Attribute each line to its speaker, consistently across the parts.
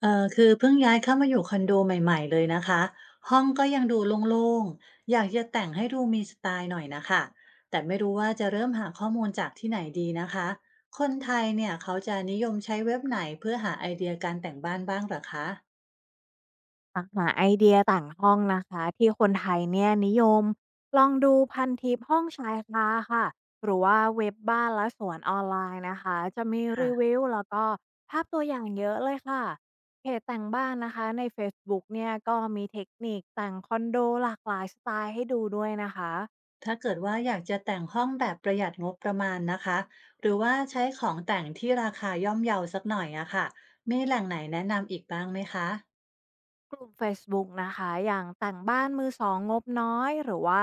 Speaker 1: คือเพิ่งย้ายเข้ามาอยู่คอนโดใหม่ๆเลยนะคะห้องก็ยังดูโล่งๆอยากจะแต่งให้ดูมีสไตล์หน่อยนะคะแต่ไม่รู้ว่าจะเริ่มหาข้อมูลจากที่ไหนดีนะคะคนไทยเนี่ยเขาจะนิยมใช้เว็บไหนเพื่อหาไอเดียการแต่งบ้านบ้างเหรอคะ
Speaker 2: หากหาไอเดียต่างห้องนะคะที่คนไทยเนี่ยนิยมลองดูพันทิปห้องชายคาค่ะหรือว่าเว็บบ้านและสวนออนไลน์นะคะจะมีรี
Speaker 1: ค่ะ
Speaker 2: วิวแล้วก็ภาพตัวอย่างเยอะเลยค่ะเพจแต่งบ้านนะคะในเฟซบุ๊กเนี่ยก็มีเทคนิคแต่งคอนโดหลากหลายสไตล์ให้ดูด้วยนะคะ
Speaker 1: ถ้าเกิดว่าอยากจะแต่งห้องแบบประหยัดงบประมาณนะคะหรือว่าใช้ของแต่งที่ราคาย่อมเยาสักหน่อยอะค่ะมีแหล่งไหนแนะนำอีกบ้างไหมคะ
Speaker 2: กลุ่มเฟซบุ๊กนะคะอย่างแต่งบ้านมือสองงบน้อยหรือว่า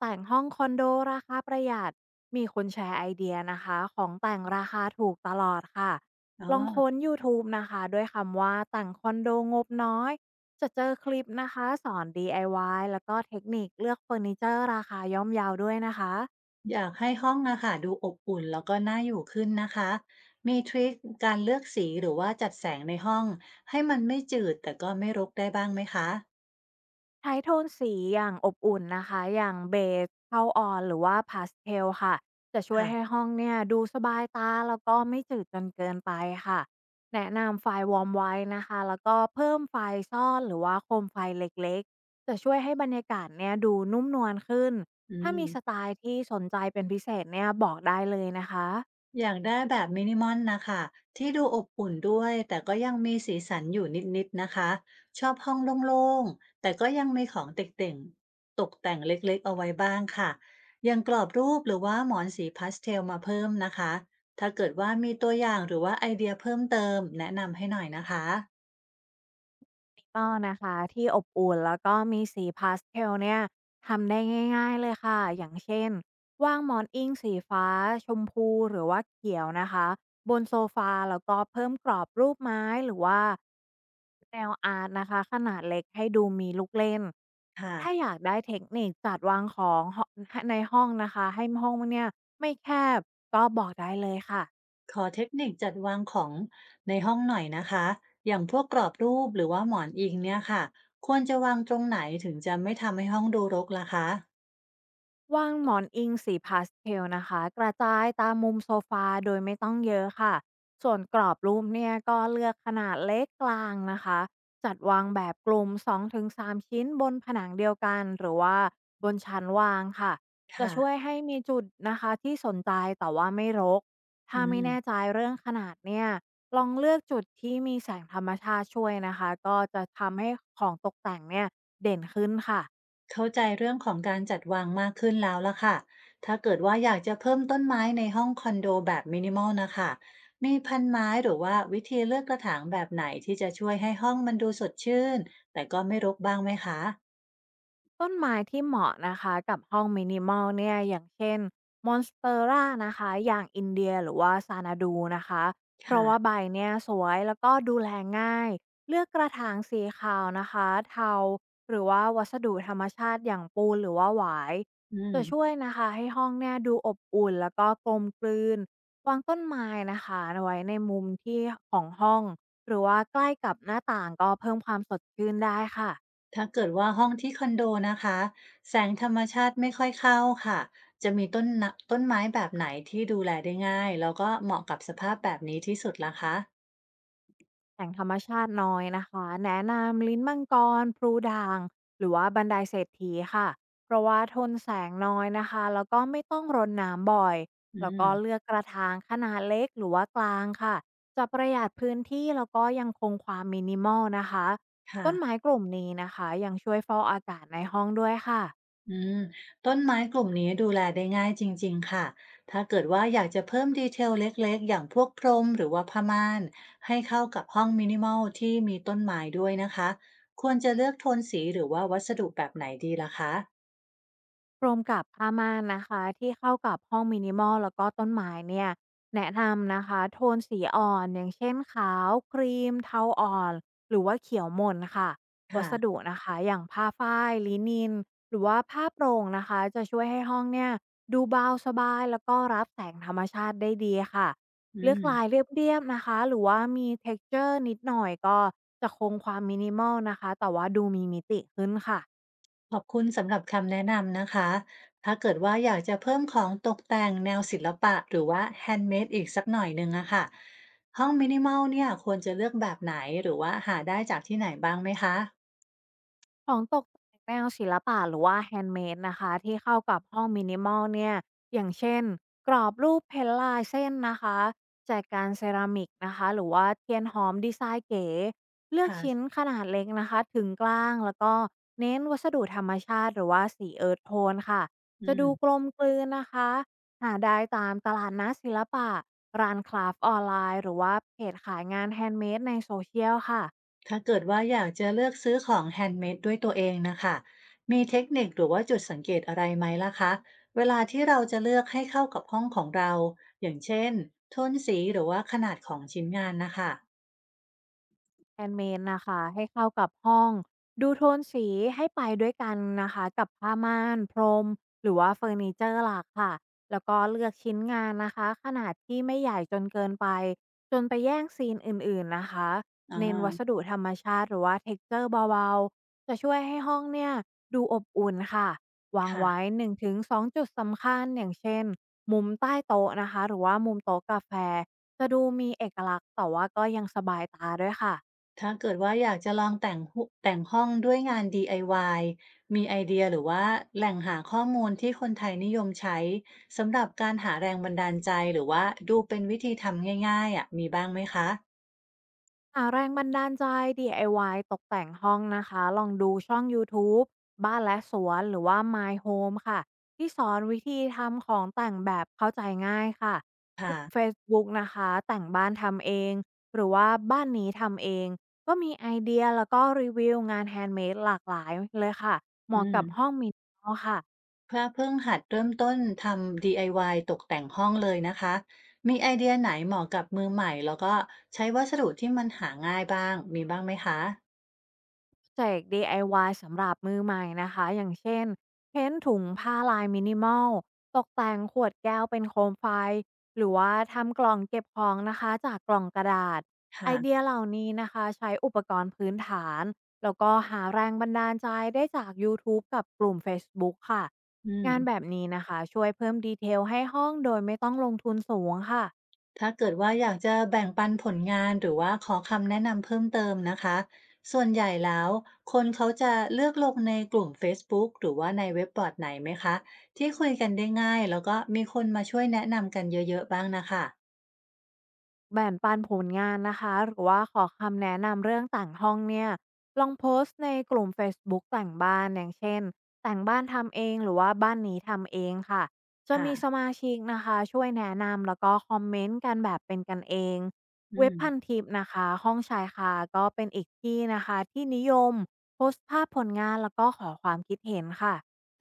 Speaker 2: แต่งห้องคอนโดราคาประหยัดมีคนแชร์ไอเดียนะคะของแต่งราคาถูกตลอดค่ะ
Speaker 1: อ๋อ
Speaker 2: ลองค้น YouTube นะคะด้วยคำว่าแต่งคอนโดงบน้อยจะเจอคลิปนะคะสอน DIY แล้วก็เทคนิคเลือกเฟอร์นิเจอร์ราคาย่อมเยาวด้วยนะคะ
Speaker 1: อยากให้ห้องอะค่ะดูอบอุ่นแล้วก็น่าอยู่ขึ้นนะคะมีทริคการเลือกสีหรือว่าจัดแสงในห้องให้มันไม่จืดแต่ก็ไม่รกได้บ้างไหมคะ
Speaker 2: ใช้โทนสีอย่างอบอุ่นนะคะอย่างเบจเข้าอ่อนหรือว่าพาสเทลค่ะจะช่วย
Speaker 1: ค่ะ
Speaker 2: ให้ห้องเนี่ยดูสบายตาแล้วก็ไม่จืดจนเกินไปค่ะแนะนำไฟวอร์มไว้นะคะแล้วก็เพิ่มไฟซ่อนหรือว่าโคมไฟเล็กๆจะช่วยให้บรรยากาศเนี่ยดูนุ่มนวลขึ้น
Speaker 1: อื
Speaker 2: ถ้า
Speaker 1: ม
Speaker 2: มีสไตล์ที่สนใจเป็นพิเศษเนี่ยบอกได้เลยนะคะ
Speaker 1: อยากได้แบบมินิมอลนะคะที่ดูอบอุ่นด้วยแต่ก็ยังมีสีสันอยู่นิดๆนะคะชอบห้องโล่งๆแต่ก็ยังมีของเต่งๆตกแต่งเล็กๆเอาไว้บ้างค่ะยังกรอบรูปหรือว่าหมอนสีพาสเทลมาเพิ่มนะคะถ้าเกิดว่ามีตัวอย่างหรือว่าไอเดียเพิ่มเติมแนะนำให้หน่อยนะคะ
Speaker 2: ก็นะคะที่อบอุ่นแล้วก็มีสีพาสเทลเนี่ยทำได้ง่ายๆเลยค่ะอย่างเช่นวางหมอนอิงสีฟ้าชมพูหรือว่าเขียวนะคะบนโซฟาแล้วก็เพิ่มกรอบรูปไม้หรือว่าแนวอาร์ตนะคะขนาดเล็กให้ดูมีลูกเล่น
Speaker 1: ค่ะ
Speaker 2: ถ้าอยากได้เทคนิคจัดวางของในห้องนะคะให้ห้องเนี่ยไม่แคบก็บอกได้เลยค่ะ
Speaker 1: ขอเทคนิคจัดวางของในห้องหน่อยนะคะอย่างพวกกรอบรูปหรือว่าหมอนอิงเนี่ยค่ะควรจะวางตรงไหนถึงจะไม่ทำให้ห้องดูรกล่ะคะ
Speaker 2: วางหมอนอิงสีพาสเทลนะคะกระจายตามมุมโซฟาโดยไม่ต้องเยอะค่ะส่วนกรอบรูปเนี่ยก็เลือกขนาดเล็กกลางนะคะจัดวางแบบกลุ่ม2-3ชิ้นบนผนังเดียวกันหรือว่าบนชั้นวางค่ะจะ
Speaker 1: ค่ะ
Speaker 2: ช่วยให้มีจุดนะคะที่สนใจแต่ว่าไม่รก
Speaker 1: อื
Speaker 2: ถ้าไม่
Speaker 1: ม
Speaker 2: แน่ใจเรื่องขนาดเนี่ยลองเลือกจุดที่มีแสงธรรมชาติช่วยนะคะก็จะทำให้ของตกแต่งเนี่ยเด่นขึ้นค่ะ
Speaker 1: เข้าใจเรื่องของการจัดวางมากขึ้นแล้วล่ะค่ะถ้าเกิดว่าอยากจะเพิ่มต้นไม้ในห้องคอนโดแบบมินิมอลนะคะมีพันไม้หรือว่าวิธีเลือกกระถางแบบไหนที่จะช่วยให้ห้องมันดูสดชื่นแต่ก็ไม่รกบ้างไหมคะ
Speaker 2: ต้นไม้ที่เหมาะนะคะกับห้อง minimal เนี่ยอย่างเช่น m o n s t ร r a นะคะอย่างอินเดียหรือว่าซานาดูนะคะเพราะว่า
Speaker 1: ค่ะ
Speaker 2: ใบเนี่ยสวยแล้วก็ดูแลง่ายเลือกกระถางสีขาวนะคะเทาหรือว่าวัสดุธรรมชาติอย่างปูนหรือว่าหวาย
Speaker 1: อืม
Speaker 2: จะช่วยนะคะให้ห้องเนี่ยดูอบอุ่นแล้วก็กลมกลืนวางต้นไม้นะคะไว้ในมุมที่ของห้องหรือว่าใกล้กับหน้าต่างก็เพิ่มความสดชื่นได้ค่ะ
Speaker 1: ถ้าเกิดว่าห้องที่คอนโดนะคะแสงธรรมชาติไม่ค่อยเข้าค่ะจะมีต้นไม้แบบไหนที่ดูแลได้ง่าย แล้วก็เหมาะกับสภาพแบบนี้ที่สุดล่ะคะ
Speaker 2: แหล่งธรรมชาติน้อยนะคะแนะนำลิ้นมังกรพลูด่างหรือว่าบันไดเศรษฐีค่ะเพราะว่าทนแสงน้อยนะคะแล้วก็ไม่ต้องรดน้ำบ่อย
Speaker 1: อื
Speaker 2: แล้วก็เลื
Speaker 1: ม
Speaker 2: อกกระถางขนาดเล็กหรือว่ากลางค่ะจะประหยัดพื้นที่แล้วก็ยังคงความมินิมอลนะคะ
Speaker 1: ค่ะ
Speaker 2: ต้นไม้กลุ่มนี้นะคะยังช่วยฟอกอากาศในห้องด้วยค่ะ
Speaker 1: อืมต้นไม้กลุ่มนี้ดูแลได้ง่ายจริงๆค่ะ ถ้าเกิดว่าอยากจะเพิ่มดีเทลเล็กๆอย่างพวกพรมหรือว่าผ้าม่านให้เข้ากับห้องมินิมอลที่มีต้นไม้ด้วยนะคะควรจะเลือกโทนสีหรือว่าวัสดุแบบไหนดีล่ะคะ
Speaker 2: รวมกับผ้าม่านนะคะที่เข้ากับห้องมินิมอลแล้วก็ต้นไม้เนี่ยแนะนำนะคะโทนสีอ่อนอย่างเช่นขาวครีมเทาอ่อนหรือว่าเขียวหม่นค่ะวัสดุ
Speaker 1: ค่ะ
Speaker 2: นะคะอย่างผ้าฝ้ายลินินหรือว่าผ้าโปร่งนะคะจะช่วยให้ห้องเนี่ยดูเบาสบายแล้วก็รับแสงธรรมชาติได้ดีค่ะ
Speaker 1: อื
Speaker 2: เลือก
Speaker 1: ม
Speaker 2: ลายเรียบๆนะคะหรือว่ามี t e เจอร์นิดหน่อยก็จะคงความมินิมอลนะคะแต่ว่าดูมีมิติขึ้นค่ะ
Speaker 1: ขอบคุณสำหรับคำแนะนำนะคะถ้าเกิดว่าอยากจะเพิ่มของตกแต่งแนวศิลปะหรือว่าแฮนด์เมดอีกสักหน่อยนึงอะค่ะห้องมินิมอลเนี่ยควรจะเลือกแบบไหนหรือว่าหาได้จากที่ไหนบ้างไหมคะ
Speaker 2: ของตกแต่งแนวศิลปะหรือว่าแฮนด์เมดนะคะที่เข้ากับห้องมินิมอลเนี่ยอย่างเช่นกรอบรูปเพนลายเส้นนะคะแจกันเซรามิกนะคะหรือว่าเทียนหอมดีไซน์เก๋เลือกชิ้น
Speaker 1: ค่ะ
Speaker 2: ขนาดเล็กนะคะถึงกลางแล้วก็เน้นวัสดุธรรมชาติหรือว่าสีเอิร์ธโทนค่ะจะ
Speaker 1: อื
Speaker 2: ดูกล
Speaker 1: ม
Speaker 2: มกลืนนะคะหาได้ตามตลาดนัดศิลปะร้านคราฟต์ออนไลน์หรือว่าเพจขายงานแฮนด์เมดในโซเชียลค่ะ
Speaker 1: ถ้าเกิดว่าอยากจะเลือกซื้อของแฮนด์เมดด้วยตัวเองนะคะมีเทคนิคหรือว่าจุดสังเกตอะไรไหมล่ะคะเวลาที่เราจะเลือกให้เข้ากับห้องของเราอย่างเช่นโทนสีหรือว่าขนาดของชิ้นงานนะคะ
Speaker 2: แ a นด์เมนนะคะให้เข้ากับห้องดูโทนสีให้ไปด้วยกันนะคะกับผ้าม่านพรมหรือว่าเฟอร์นิเจอร์หลักค่ะแล้วก็เลือกชิ้นงานนะคะขนาดที่ไม่ใหญ่จนเกินไปจนไปแย่งซีนอื่นๆนะคะ
Speaker 1: อ่
Speaker 2: เน้นวัส
Speaker 1: า
Speaker 2: ดุธรรมชาติหรือว่าเทกเจอร์เบาๆจะช่วยให้ห้องเนี่ยดูอบอุ่นค่ะวาง
Speaker 1: ค่ะ
Speaker 2: ไว้1-2จุดสำคัญอย่างเช่นมุมใต้โต๊ะนะคะหรือว่ามุมโต๊ะกาแฟจะดูมีเอกลักษณ์แต่ว่าก็ยังสบายตาด้วยค่ะ
Speaker 1: ถ้าเกิดว่าอยากจะลองแต่งห้องด้วยงาน DIY มีไอเดียหรือว่าแหล่งหาข้อมูลที่คนไทยนิยมใช้สำหรับการหาแรงบันดาลใจหรือว่าดูเป็นวิธีทำง่ายๆอ่ะมีบ้างไหมคะ
Speaker 2: หาแรงบันดาลใจ DIY ตกแต่งห้องนะคะ ลองดูช่องยูทูบบ้านและสวน หรือว่า My Home ค่ะ ที่สอนวิธีทำของแต่งแบบเข้าใจง่ายค่ะ
Speaker 1: ค่ะ
Speaker 2: Facebook นะคะ แต่งบ้านทำเอง หรือว่าบ้านนี้ทำเอง ก็มีไอเดียแล้วก็รีวิวงานแฮนด์เมดหลากหลายเลยค่ะเห
Speaker 1: อื
Speaker 2: มาะ
Speaker 1: ม
Speaker 2: กับห้องมินิมอลค่ะ
Speaker 1: พระเพิ่งหัดเริ่มต้นทำ DIY ตกแต่งห้องเลยนะคะ มีไอเดียไหนเหมาะกับมือใหม่แล้วก็ใช้วัสดุที่มันหาง่ายบ้างมีบ้างไหมคะ
Speaker 2: แจก DIY สำหรับมือใหม่นะคะ อย่างเช่นเพ้นท์ถุงผ้าลายมินิมอลตกแต่งขวดแก้วเป็นโคมไฟหรือว่าทำกล่องเก็บของนะคะจากกล่องกระดาษไอเดีย
Speaker 1: ค่ะ
Speaker 2: เหล่านี้นะคะใช้อุปกรณ์พื้นฐานแล้วก็หาแรงบันดาลใจได้จาก YouTube กับกลุ่ม Facebook ค่ะ
Speaker 1: อืม
Speaker 2: งานแบบนี้นะคะช่วยเพิ่มดีเทลให้ห้องโดยไม่ต้องลงทุนสูงค่ะ
Speaker 1: ถ้าเกิดว่าอยากจะแบ่งปันผลงานหรือว่าขอคำแนะนำเพิ่มเติมนะคะส่วนใหญ่แล้วคนเขาจะเลือกลงในกลุ่มเฟซบุ๊กหรือว่าในเว็บบอร์ดไหนไหมคะที่คุยกันได้ง่ายแล้วก็มีคนมาช่วยแนะนำกันเยอะๆบ้างน่ะค่ะ
Speaker 2: แบ่งปันผลงานนะคะหรือว่าขอคำแนะนำเรื่องต่างห้องเนี่ยลองโพสต์ในกลุ่ม Facebook ต่างบ้านอย่างเช่นแต่างบ้านทำเองหรือว่าบ้านนี้ทำเองค่ะจะ
Speaker 1: ค่ะ
Speaker 2: มีสมาชิกนะคะช่วยแนะนำแล้วก็คอมเมนต์กันแบบเป็นกันเอง
Speaker 1: อื
Speaker 2: เว็บ
Speaker 1: ม
Speaker 2: พันทิปนะคะห้องชายคาก็เป็นอีกที่นะคะที่นิยมโพสต์ภาพผลงานแล้วก็ขอความคิดเห็นค่ะ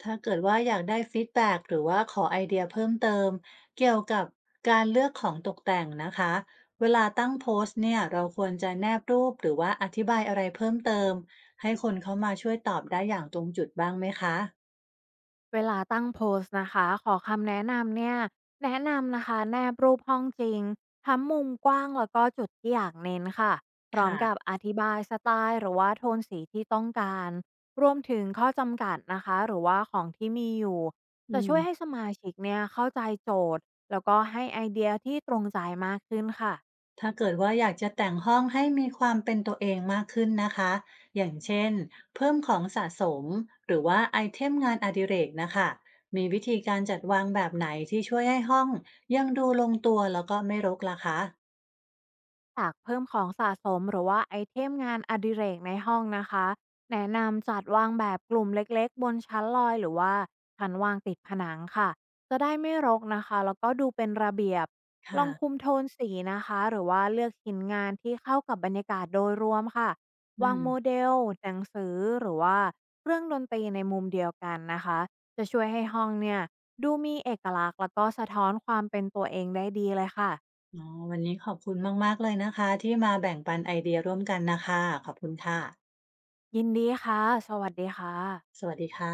Speaker 1: ถ้าเกิดว่าอยากได้ฟีดแบ็กหรือว่าขอไอเดียเพิ่มเติมเกี่ยวกับการเลือกของตกแต่งนะคะเวลาตั้งโพสต์เนี่ยเราควรจะแนบรูปหรือว่าอธิบายอะไรเพิ่มเติมให้คนเขามาช่วยตอบได้อย่างตรงจุดบ้างไหมคะ
Speaker 2: เวลาตั้งโพสต์นะคะขอคำแนะนำเนี่ยแนะนำนะคะแนบรูปห้องจริงทั้งมุมกว้างแล้วก็จุดที่อยากเน้นค่ะพร้อม
Speaker 1: ค่ะ
Speaker 2: กับอธิบายสไตล์หรือว่าโทนสีที่ต้องการรวมถึงข้อจำกัดนะคะหรือว่าของที่มีอยู่
Speaker 1: อื
Speaker 2: จะช่วยให้
Speaker 1: ม
Speaker 2: สมาชิกเนี่ยเข้าใจโจทย์แล้วก็ให้ไอเดียที่ตรงใจมากขึ้นค่ะ
Speaker 1: ถ้าเกิดว่าอยากจะแต่งห้องให้มีความเป็นตัวเองมากขึ้นนะคะ อย่างเช่น เพิ่มของสะสม หรือว่าไอเทมงานอดิเรกนะคะมีวิธีการจัดวางแบบไหนที่ช่วยให้ห้องยังดูลงตัวแล้วก็ไม่รกล่ะคะ
Speaker 2: จากเพิ่มของสะสมหรือว่าไอเทมงานอดิเรกในห้องนะคะแนะนำจัดวางแบบกลุ่มเล็กๆบนชั้นลอยหรือว่าชั้นวางติดผนังค่ะจะได้ไม่รกนะคะแล้วก็ดูเป็นระเบียบล
Speaker 1: ค่ะ
Speaker 2: องคุมโทนสีนะคะหรือว่าเลือกชิ้นงานที่เข้ากับบรรยากาศโดยรวมค่ะ
Speaker 1: อื
Speaker 2: วาง
Speaker 1: ม
Speaker 2: โมเดลหนังสือหรือว่าเครื่องดนตรีในมุมเดียวกันนะคะจะช่วยให้ห้องเนี่ยดูมีเอกลักษณ์แล้วก็สะท้อนความเป็นตัวเองได้ดีเลยค่ะ
Speaker 1: อ๋อวันนี้ขอบคุณมากๆเลยนะคะที่มาแบ่งปันไอเดียร่วมกันนะคะขอบคุณค่ะ
Speaker 2: ยินดีค่ะ สวัสดีค่ะ
Speaker 1: สวัสดีค่ะ